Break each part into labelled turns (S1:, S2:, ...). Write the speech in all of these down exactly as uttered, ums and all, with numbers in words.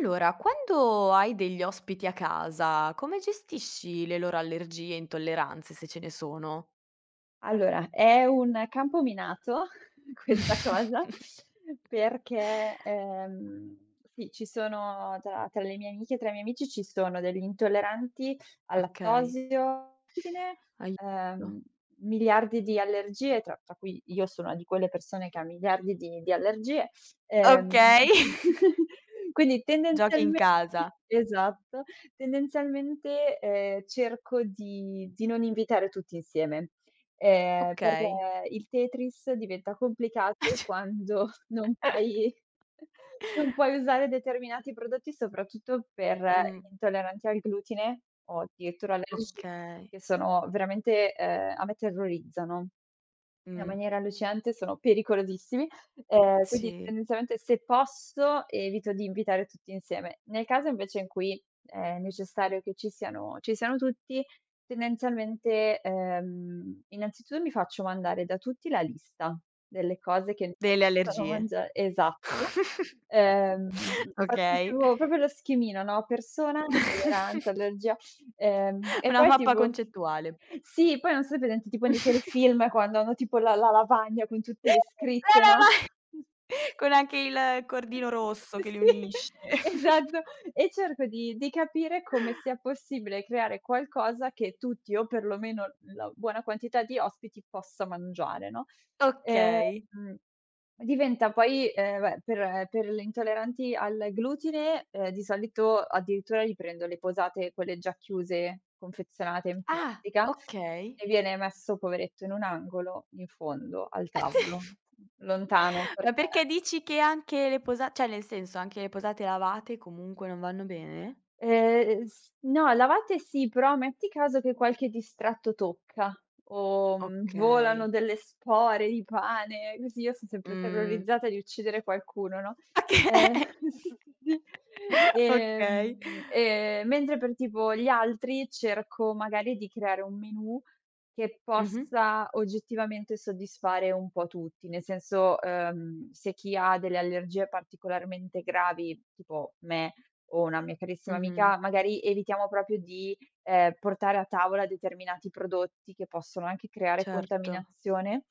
S1: Allora, quando hai degli ospiti a casa, come gestisci le loro allergie e intolleranze, se ce ne sono?
S2: Allora, è un campo minato questa cosa perché, ehm, sì, ci sono tra tra le mie amiche e tra i miei amici ci sono degli intolleranti al
S1: Okay,
S2: lattosio, glutine,
S1: aiuto.
S2: ehm, miliardi di allergie, tra tra cui io sono una di quelle persone che ha miliardi di di allergie. Ehm,
S1: Okay,
S2: quindi
S1: giochi in
S2: tendenzialmente
S1: casa.
S2: esatto, tendenzialmente, ehm, cerco di di non invitare tutti insieme ehm, perché
S1: Okay.
S2: il Tetris diventa complicato quando non puoi non puoi usare determinati prodotti, soprattutto per
S1: Mh,
S2: gli intolleranti al glutine o addirittura allergici,
S1: okay.
S2: che sono veramente ehm, a me terrorizzano in
S1: Mh,
S2: maniera allucinante, sono pericolosissimi. Ehm, quindi
S1: sì.
S2: tendenzialmente se posso evito di invitare tutti insieme. Nel caso invece in cui eh, è necessario che ci siano ci siano tutti. Tendenzialmente, ehm, innanzitutto mi faccio mandare da tutti la lista delle cose che non
S1: Delle
S2: possono
S1: allergie.
S2: mangia esatto. Ehm, faccio
S1: Okay.
S2: tipo proprio lo schemino, no, persona, intolleranza, allergia, ehm, e
S1: Una
S2: poi
S1: mappa
S2: tipo
S1: concettuale.
S2: sì, poi non so se è presente tipo nei telefilm quando hanno tipo la la lavagna con tutte
S1: No,
S2: le scritte,
S1: no,
S2: no?
S1: ma con anche il cordino rosso che li
S2: Sì,
S1: unisce.
S2: esatto. E cerco di di capire come sia possibile creare qualcosa che tutti o perlomeno la buona quantità di ospiti possa mangiare, no. Ehm,
S1: Okay.
S2: diventa poi, ehm, beh, per per gli intolleranti al glutine, ehm, di solito addirittura gli prendo le posate, quelle già chiuse, confezionate in
S1: Ah,
S2: plastica,
S1: okay.
S2: e viene messo poveretto in un angolo in fondo al tavolo, lontano
S1: Ma
S2: perché
S1: perché dici che anche le posa cioè nel senso, anche le posate lavate comunque non vanno bene?
S2: Ehm, s no, lavate sì, però metti caso che qualche distratto tocca o, mhmm,
S1: Okay.
S2: volano delle spore di pane, così io son sempre
S1: Mh,
S2: terrorizzata di uccidere qualcuno, no, ehm,
S1: okay,
S2: sì, sì.
S1: okay.
S2: ehm, ehm, mentre per tipo gli altri cerco magari di creare un menù che
S1: Mh-mh,
S2: possa oggettivamente soddisfare un po' tutti, nel senso, ehm, se chi ha delle allergie particolarmente gravi, tipo me, o una mia carissima
S1: mh-mh.
S2: amica, magari evitiamo proprio di, ehm, portare a tavola determinati prodotti che possono anche creare
S1: Certo,
S2: contaminazione.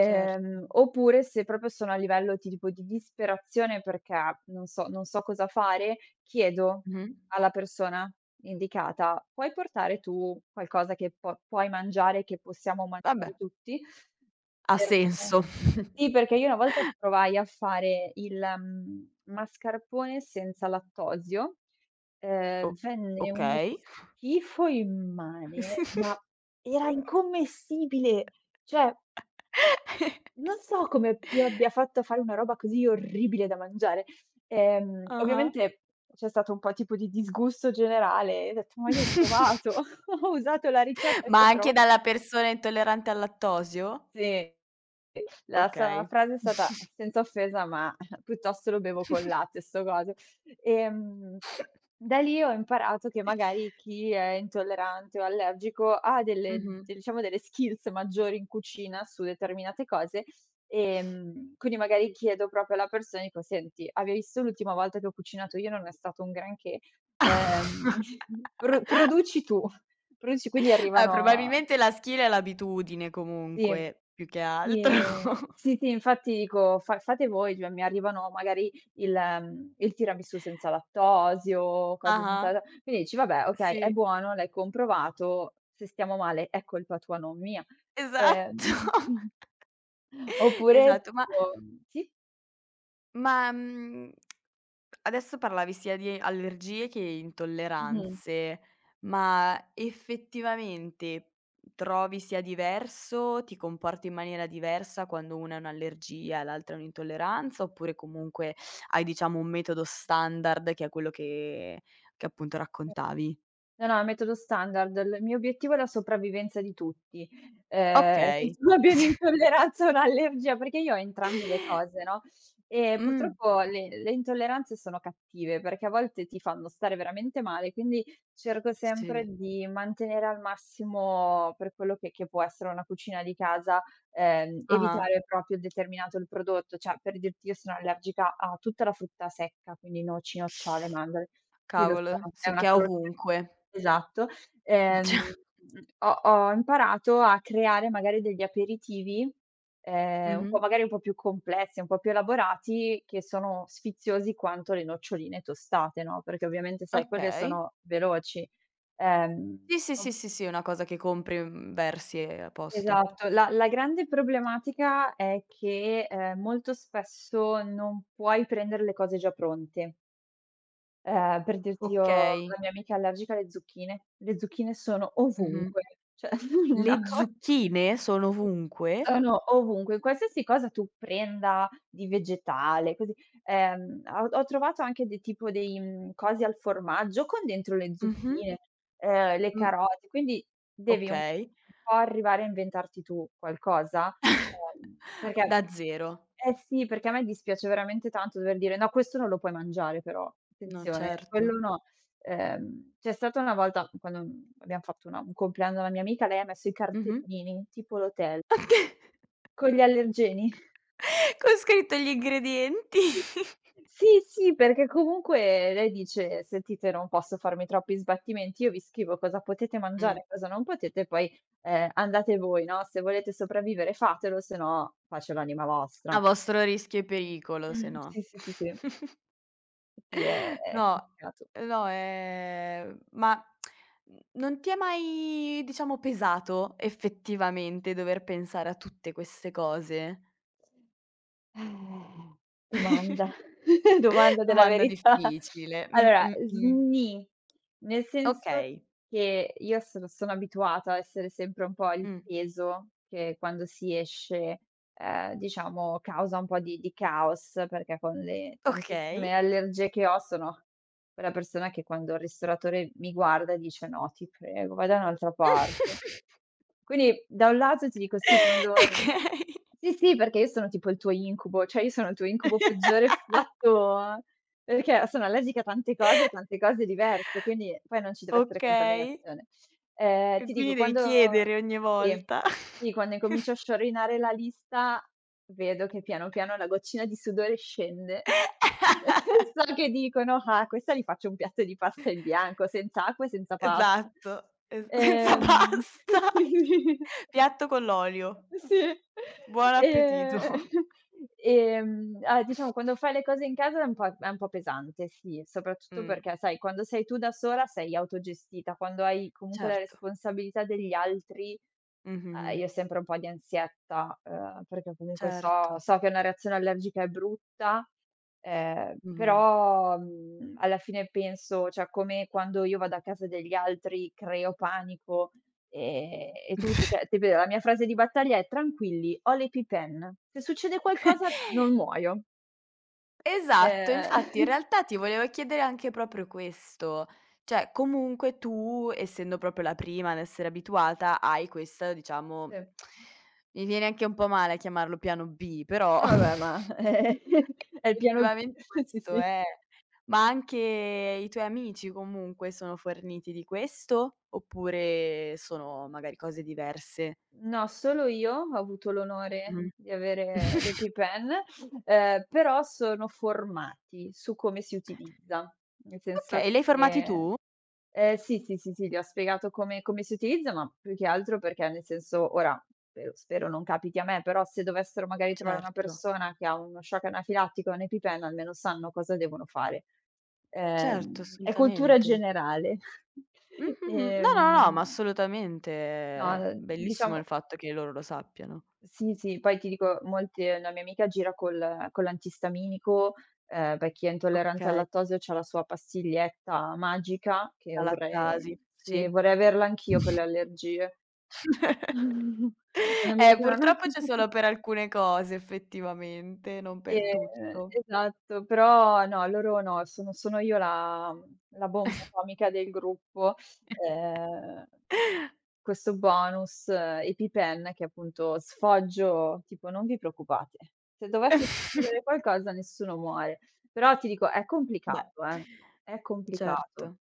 S1: certo.
S2: oppure se proprio sono a livello ti dico di disperazione perché non so non so cosa fare, chiedo
S1: Mh-mh.
S2: alla persona indicata: "Puoi portare tu qualcosa che po puoi mangiare, che possiamo
S1: Vabbè,
S2: mangiare tutti?"
S1: ha
S2: Perché
S1: senso.
S2: sì, perché io una volta provai a fare il, mhmm, mascarpone senza lattosio,
S1: O
S2: ehm, venne uno
S1: okay.
S2: schifo immane, ma era incommestibile, cioè non so come io abbia fatto a fare una roba così orribile da mangiare. Ehm,
S1: Ah-ah.
S2: ovviamente c'è stato un po' tipo di disgusto generale e ho detto: "Ma io ho provato, ho usato la ricetta che
S1: Ma
S2: ho
S1: anche
S2: trova".
S1: dalla persona intollerante al lattosio?
S2: Sì. La sua
S1: Okay.
S2: frase è stata senza offesa, ma piuttosto lo bevo col latte 'sto coso. Ehm, da lì ho imparato che magari chi è intollerante o allergico ha delle
S1: Mh-mh.
S2: de diciamo delle skills maggiori in cucina su determinate cose, ehm, quindi magari chiedo proprio alla persona, dico: "Senti, avevi visto l'ultima volta che ho cucinato io non è stato un granché, ehm, pro produci tu." Produci quindi
S1: Eh,
S2: arrivano
S1: probabilmente la skill è l'abitudine
S2: sì.
S1: comunque, più che
S2: Sì,
S1: altro.
S2: ehm,
S1: Ah-ah.
S2: sì, sì, infatti dico: "Fa fate voi", cioè mi arrivano magari il mhmm, il tiramisù senza lattosio, cose senza la quindi dici: "Vabbè, okay, è
S1: Sì,
S2: buono, l'hai comprovato, se stiamo male è colpa tua, non mia".
S1: esatto.
S2: Ehm, oppure
S1: Esatto, ma
S2: tipo sì?
S1: Ma, mhmm, adesso parlavi sia di allergie che
S2: Mh-mh.
S1: intolleranze, ma effettivamente trovi sia diverso, ti comporti in maniera diversa quando una è un'allergia e l'altra è un'intolleranza, oppure comunque hai diciamo un metodo standard che è quello che che appunto raccontavi?
S2: No, no, è un metodo standard. Il mio obiettivo è la sopravvivenza di tutti. Mh. ehm, che
S1: Okay.
S2: tu abbia un'intolleranza o un'allergia, perché io ho entrambe le cose, no, e
S1: Mh,
S2: purtroppo le le intolleranze sono cattive, perché a volte ti fanno stare veramente male, quindi cerco sempre
S1: sì.
S2: di mantenere al massimo per quello che che può essere una cucina di casa, ehm,
S1: Ah-ah.
S2: evitare proprio determinato il prodotto. Cioè, per dirti, io sono allergica a tutta la frutta secca, quindi noci, nocciole, mandorle. Sì, lo so,
S1: Cavolo,
S2: è
S1: sì
S2: una
S1: che è
S2: croce.
S1: ovunque.
S2: Esatto. Ehm,
S1: Cioè
S2: mhmm, ho ho imparato a creare magari degli aperitivi, ehm, un
S1: mh-mh,
S2: po' magari un po' più complessi, un po' più elaborati, che sono sfiziosi quanto le noccioline tostate, no, perché ovviamente sai quelle
S1: okay.
S2: sono veloci. Ehm,
S1: Sì, sì, sì,
S2: o
S1: sì, sì, è una cosa che compri, mhmm, versi e a posto.
S2: esatto, la la grande problematica è che, ehm, molto spesso non puoi prendere le cose già pronte. Ehm, per dirti io
S1: Okay.
S2: la mia amica è allergica alle zucchine. Le zucchine sono
S1: Mh-mh.
S2: ovunque, cioè
S1: Le
S2: una co
S1: zucchine sono ovunque?
S2: sono ovunque, qualsiasi cosa tu prenda di vegetale, così, ehm, ho ho trovato anche dei tipo dei, mhmm, cosi al formaggio con dentro le
S1: Mh-mh.
S2: zucchine, ehm, le
S1: Mh,
S2: carote, quindi devi un
S1: okay.
S2: po' arrivare a inventarti tu qualcosa, ehm,
S1: Da
S2: perché
S1: zero.
S2: eh sì, perché a me dispiace veramente tanto dover dire: "No, questo non lo puoi mangiare però,
S1: No,
S2: attenzione, eh, quello
S1: certo.
S2: no". Ehm, c'è stata una volta quando, mhmm, abbiam fatto una un compleanno alla mia amica, lei ha messo i
S1: Mh-mh.
S2: cartellini, tipo l'hotel, con gli allergeni.
S1: Con scritto gli ingredienti.
S2: Sì, sì, perché comunque lei dice: "Sentite, non posso farmi troppi sbattimenti, io vi scrivo cosa potete
S1: Mh.
S2: mangiare e cosa non potete, poi, ehm, andate voi, no, se volete sopravvivere fatelo, se no pace all'anima
S1: A
S2: vostra".
S1: vostro rischio e pericolo, se
S2: Mh,
S1: no.
S2: sì, sì, sì, sì. Sì, è è
S1: No,
S2: complicato.
S1: ehm, no, ehm, ma mhmm, non ti è mai, diciamo, pesato effettivamente dover pensare a tutte queste cose?
S2: Eh, domanda, domanda della
S1: Domanda
S2: verità.
S1: difficile. Mh,
S2: Allora,
S1: mh, mh.
S2: sni, nel senso
S1: Okay.
S2: che io sono sono abituata a essere sempre un po' il
S1: Mh.
S2: peso che quando si esce. Ehm, diciamo causa un po' di di caos, perché con le tantissime
S1: Okay.
S2: allergie che ho sono quella persona che quando il ristoratore mi guarda dice: "No, ti prego, vai da un'altra parte". Quindi da un lato ti dico sì, quando
S1: Okay.
S2: sì, sì, perché io sono tipo il tuo incubo, cioè io sono il tuo incubo peggiore fatto perché sono allergica a tante cose e tante cose diverse, quindi poi non ci deve essere
S1: Okay.
S2: contaminazione. Ehm,
S1: E
S2: ti
S1: quindi
S2: dico
S1: devi
S2: quando
S1: chiedere ogni
S2: sì,
S1: volta.
S2: sì, quando incomincio a sciorinare la lista, vedo che piano piano la goccina di sudore scende. So che dicono: "Ah, questa gli faccio un piatto di pasta in bianco, senza acqua e senza pasta".
S1: Esatto, es senza
S2: Ehm,
S1: pasta.
S2: sì, sì.
S1: Piatto con l'olio.
S2: Sì,
S1: Buon appetito.
S2: ehm, ehm, ah, diciamo quando fai le cose in casa è un po' è un po' pesante, sì, soprattutto
S1: Mh,
S2: perché, sai, quando sei tu da sola sei autogestita, quando hai comunque la
S1: certo.
S2: responsabilità degli altri, ehm,
S1: Mh-mh-mh.
S2: io ho sempre un po' di ansietta, ehm, perché comunque
S1: Certo.
S2: so so che una reazione allergica è brutta, ehm,
S1: Mh-mh.
S2: però, mhmm, alla fine penso cioè come quando io vado a casa degli altri creo panico. Ehm, e tutto, cioè ti ripeto, la mia frase di battaglia è: "Tranquilli, ho le EpiPen. Se succede qualcosa non muoio".
S1: Esatto,
S2: Ehm,
S1: infatti in realtà ti volevo chiedere anche proprio questo. Cioè, comunque tu, essendo proprio la prima ad essere abituata, hai questa
S2: Sì.
S1: diciamo mi viene anche un po' male a chiamarlo piano B, però
S2: Eh vabbè, ma è il piano B.
S1: effettivamente
S2: Sì,
S1: questo
S2: sì.
S1: è. Ma anche i tuoi amici comunque sono forniti di questo, oppure sono magari cose diverse?
S2: No, solo io ho avuto l'onore
S1: Mh-mh.
S2: di avere le Pipen, ehm, però sono formati su come si utilizza, nel senso
S1: Okay, li hai formati tu?
S2: che ehm, sì, sì, sì, sì, gli ho spiegato come come si utilizza, ma più che altro perché nel senso ora, spero spero non capiti a me, però se dovessero magari trovare una
S1: Certo,
S2: persona che ha uno shock anafilattico e un'EpiPen almeno sanno cosa devono fare.
S1: certo,
S2: Ehm, è cultura
S1: assolutamente.
S2: generale.
S1: Mh, mh, mh. No, no, no, ma
S2: Ehm,
S1: assolutamente.
S2: no,
S1: È bellissimo il
S2: diciamo
S1: fatto che loro lo sappiano.
S2: sì, sì, poi ti dico, molte una mia amica gira col con l'antistaminico, ehm, per chi è intollerante al
S1: Okay,
S2: lattosio c'ha la sua pastiglietta magica che
S1: la lattasi,
S2: vorrei sì,
S1: sì.
S2: vorrei averla anch'io per le allergie. Quando mi
S1: Eh,
S2: dicono: "No".
S1: purtroppo c'è solo per alcune cose effettivamente, non per
S2: Ehm,
S1: tutto.
S2: esatto, però no, loro no, sono sono io la mhmm, la bomba atomica del gruppo. Ehm, e questo bonus eh, EpiPen che appunto sfoggio tipo: "Non vi preoccupate, se dovesse succedere qualcosa nessuno muore." Però ti dico è
S1: Beh,
S2: complicato, eh, è complicato.
S1: certo,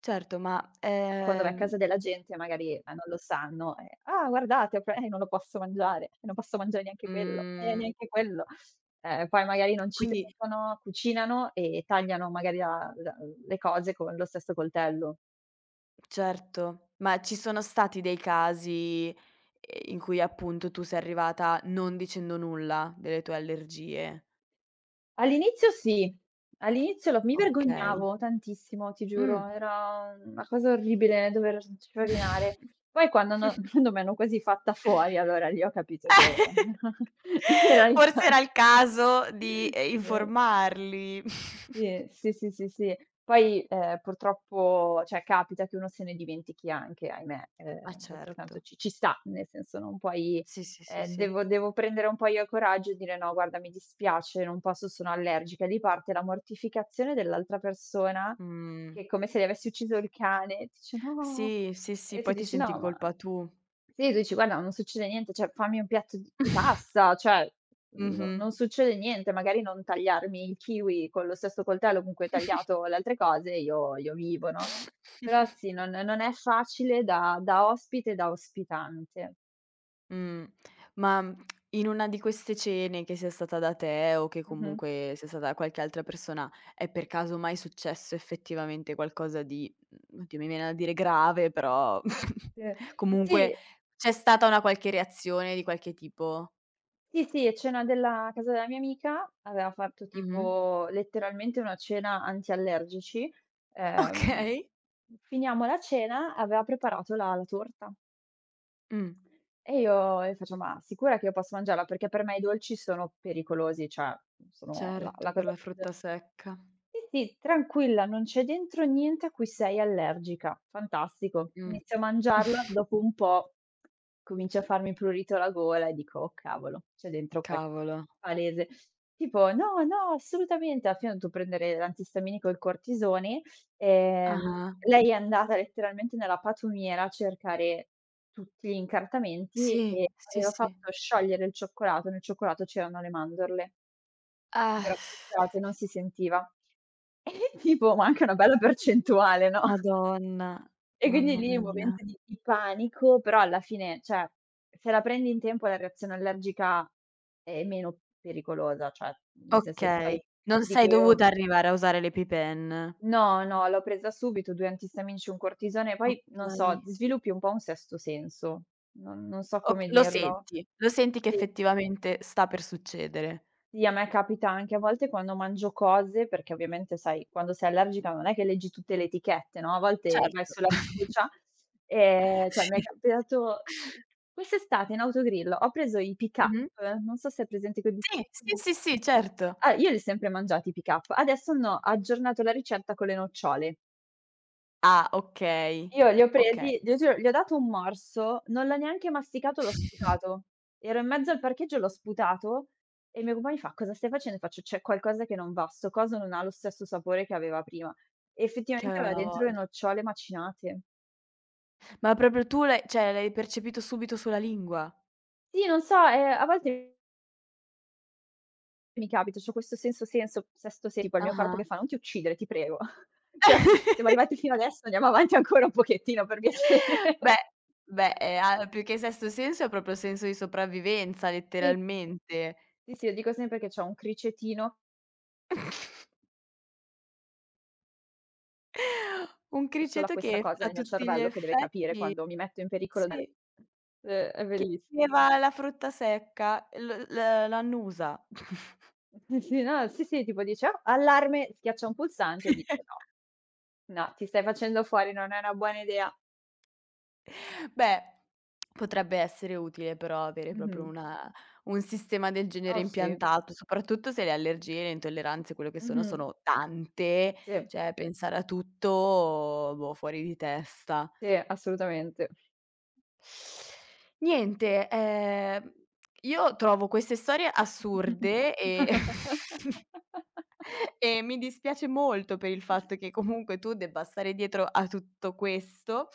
S1: certo, ma,
S2: Quando vai a
S1: ehm,
S2: casa della gente magari, eh, non lo sanno, eh: "Ah guardate ho pre" "Eh, non lo posso mangiare, eh, non posso mangiare neanche quello, eh,
S1: mhmm,
S2: neanche quello." Eh, poi magari non ci
S1: quindi
S2: pensano, cucinano e tagliano magari la la le cose con lo stesso coltello.
S1: certo, ma ci sono stati dei casi, ehm, in cui appunto tu sei arrivata non dicendo nulla delle tue allergie?
S2: All'inizio sì, all'inizio lo mi
S1: Okay.
S2: vergognavo tantissimo, ti
S1: Mh.
S2: giuro, era una cosa orribile dover sciorinare. Poi quando hanno quando mi hanno quasi fatta fuori, allora lì ho capito che lì era il
S1: Forse
S2: ca
S1: era il caso di, ehm,
S2: sì.
S1: informarli.
S2: Sì, sì, sì, sì, sì. Poi, ehm, purtroppo, cioè capita che uno se ne dimentichi anche, ahimè.
S1: Ma
S2: Ehm, d'altro canto
S1: certo.
S2: ci ci sta, nel senso non puoi
S1: Sì, sì, sì,
S2: ehm,
S1: sì.
S2: devo devo prendere un po' io il coraggio e dire: "No, guarda, mi dispiace, non posso, sono allergica." Lì parte la mortificazione dell'altra persona
S1: Mh.
S2: che è come se gli avessi ucciso il cane, dice: "No."
S1: Sì, sì, sì,
S2: E tu
S1: poi ti
S2: dici:
S1: senti in
S2: "No, ma".
S1: colpa tu.
S2: Sì, tu dici: "Guarda, non succede niente, cioè fammi un piatto d di pasta, cioè no
S1: Mh-mh.
S2: non succede niente, magari non tagliarmi il kiwi con lo stesso coltello con cui hai tagliato le altre cose, io io vivo", no, però sì, non non è facile da da ospite e da ospitante.
S1: Mh. Ma, mhmm, in una di queste cene che sia stata da te o che
S2: Mh-mh.
S1: comunque sia stata da qualche altra persona, è per caso mai successo effettivamente qualcosa di mhmm, oddio mi viene da dire grave, però
S2: Sì.
S1: comunque
S2: Sì,
S1: c'è stata una qualche reazione di qualche tipo?
S2: sì, sì, a cena della casa della mia amica aveva fatto
S1: Mh-mh.
S2: tipo letteralmente una cena antiallergici. Ehm,
S1: Okay.
S2: finiamo la cena, aveva preparato la la torta.
S1: Mh.
S2: E io e faccio: "Ma sicura che io posso mangiarla?" Perché per me i dolci sono pericolosi, cioè sono la
S1: Certo,
S2: la
S1: per
S2: cosa
S1: la
S2: più
S1: frutta secca.
S2: sì, sì, tranquilla, non c'è dentro niente a cui sei allergica. Fantastico.
S1: Mh.
S2: Inizio a mangiarla, dopo un po' comincia a farmi prurito alla gola e dico: "Oh cavolo, c'è dentro qualcosa
S1: Cavolo.
S2: palese". Tipo: "No, no, assolutamente". Alla fine ho dovuto prendere l'antistaminico e il cortisone. Ehm,
S1: Ah-ah.
S2: lei è andata letteralmente nella patumiera a cercare tutti gli incartamenti
S1: Sì,
S2: e
S1: sì,
S2: aveva
S1: sì.
S2: fatto sciogliere il cioccolato, nel cioccolato c'erano le mandorle.
S1: Ah.
S2: Grasseggiate, non si sentiva. E tipo, ma anche una bella percentuale, no,
S1: Madonna,
S2: e quindi
S1: mamma
S2: lì un
S1: mia.
S2: momento di di panico, però alla fine, cioè, se la prendi in tempo la reazione allergica è meno pericolosa, cioè, nel senso poi
S1: Okay, non
S2: ti
S1: sei
S2: dico io
S1: dovuta arrivare a usare l'EpiPen.
S2: no, no, l'ho presa subito, due antistaminici, un cortisone, poi non so,
S1: Okay.
S2: sviluppi un po' un sesto senso, non non so
S1: O
S2: come
S1: lo
S2: dirlo.
S1: senti, lo senti che
S2: Sì.
S1: effettivamente sta per succedere.
S2: Sì, a me capita anche a volte quando mangio cose, perché ovviamente sai quando sei allergica non è che leggi tutte le etichette, no, a volte vai
S1: Certo.
S2: sulla fiducia, ehm, cioè mi è
S1: Sì.
S2: capitato ehm, quest'estate in autogrill ho preso i pick
S1: Mh-mh.
S2: up, non so se hai presente quei
S1: Sì,
S2: biscotti
S1: sì, sì, sì, certo.
S2: ah, io li ho sempre mangiati i pick up. Adesso hanno aggiornato la ricetta con le nocciole.
S1: Ah, okay,
S2: Io li ho
S1: okay.
S2: presi, ti giuro, gli ho dato un morso, non l'ho neanche masticato, l'ho sputato. Ero in mezzo al parcheggio e l'ho sputato e il mio compagno fa: "Cosa stai facendo?" E faccio: "C'è qualcosa che non va, 'sto coso non ha lo stesso sapore che aveva prima." E
S1: Che
S2: effettivamente
S1: aveva
S2: aveva
S1: una
S2: dentro le
S1: vol
S2: nocciole macinate.
S1: ma proprio tu l'hai cioè l'hai percepito subito sulla lingua?
S2: Sì, non so, ehm, a volte mi capita, c'ho questo senso senso sesto sen tipo il mio corpo
S1: Ah-ah.
S2: che fa: "Non ti uccidere, ti prego." Cioè, siamo arrivati fino adesso, andiamo avanti ancora un pochettino per piacere.
S1: Beh, beh, ehm, ha più che sesto senso è proprio senso di sopravvivenza
S2: Sì,
S1: letteralmente.
S2: sì, sì, io dico sempre che c'ho un cricetino
S1: Un
S2: solo a
S1: criceto
S2: questa
S1: che
S2: cosa
S1: a
S2: nel mio
S1: tutti gli
S2: cervello che deve capire
S1: effetti
S2: quando mi metto in pericolo dalle.
S1: sì,
S2: Ehm, è belliss
S1: chiedeva la frutta secca, l l l'annusa.
S2: sì, sì, no, sì, sì, tipo dice: "Oh, Allarme", schiaccia un pulsante e dice: "No, no, ti stai facendo fuori, non è una buona idea".
S1: Beh, potrebbe essere utile però avere proprio
S2: Mh-mh.
S1: una un sistema del genere
S2: Oh sì.
S1: impiantato, soprattutto se le allergie, le intolleranze, quello che sono,
S2: Mh-mh.
S1: sono tante,
S2: Sì,
S1: cioè pensare a tutto, boh, fuori di testa.
S2: sì, assolutamente.
S1: Niente, ehm, io trovo queste storie assurde e e mi dispiace molto per il fatto che comunque tu debba stare dietro a tutto questo,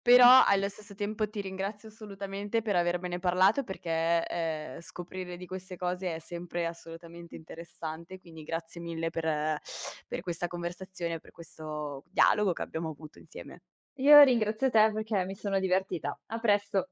S1: però allo stesso tempo ti ringrazio assolutamente per avermene parlato perché, ehm, scoprire di queste cose è sempre assolutamente interessante, quindi grazie mille per per questa conversazione, per questo dialogo che abbiamo avuto insieme.
S2: Io ringrazio te perché mi sono divertita. A presto.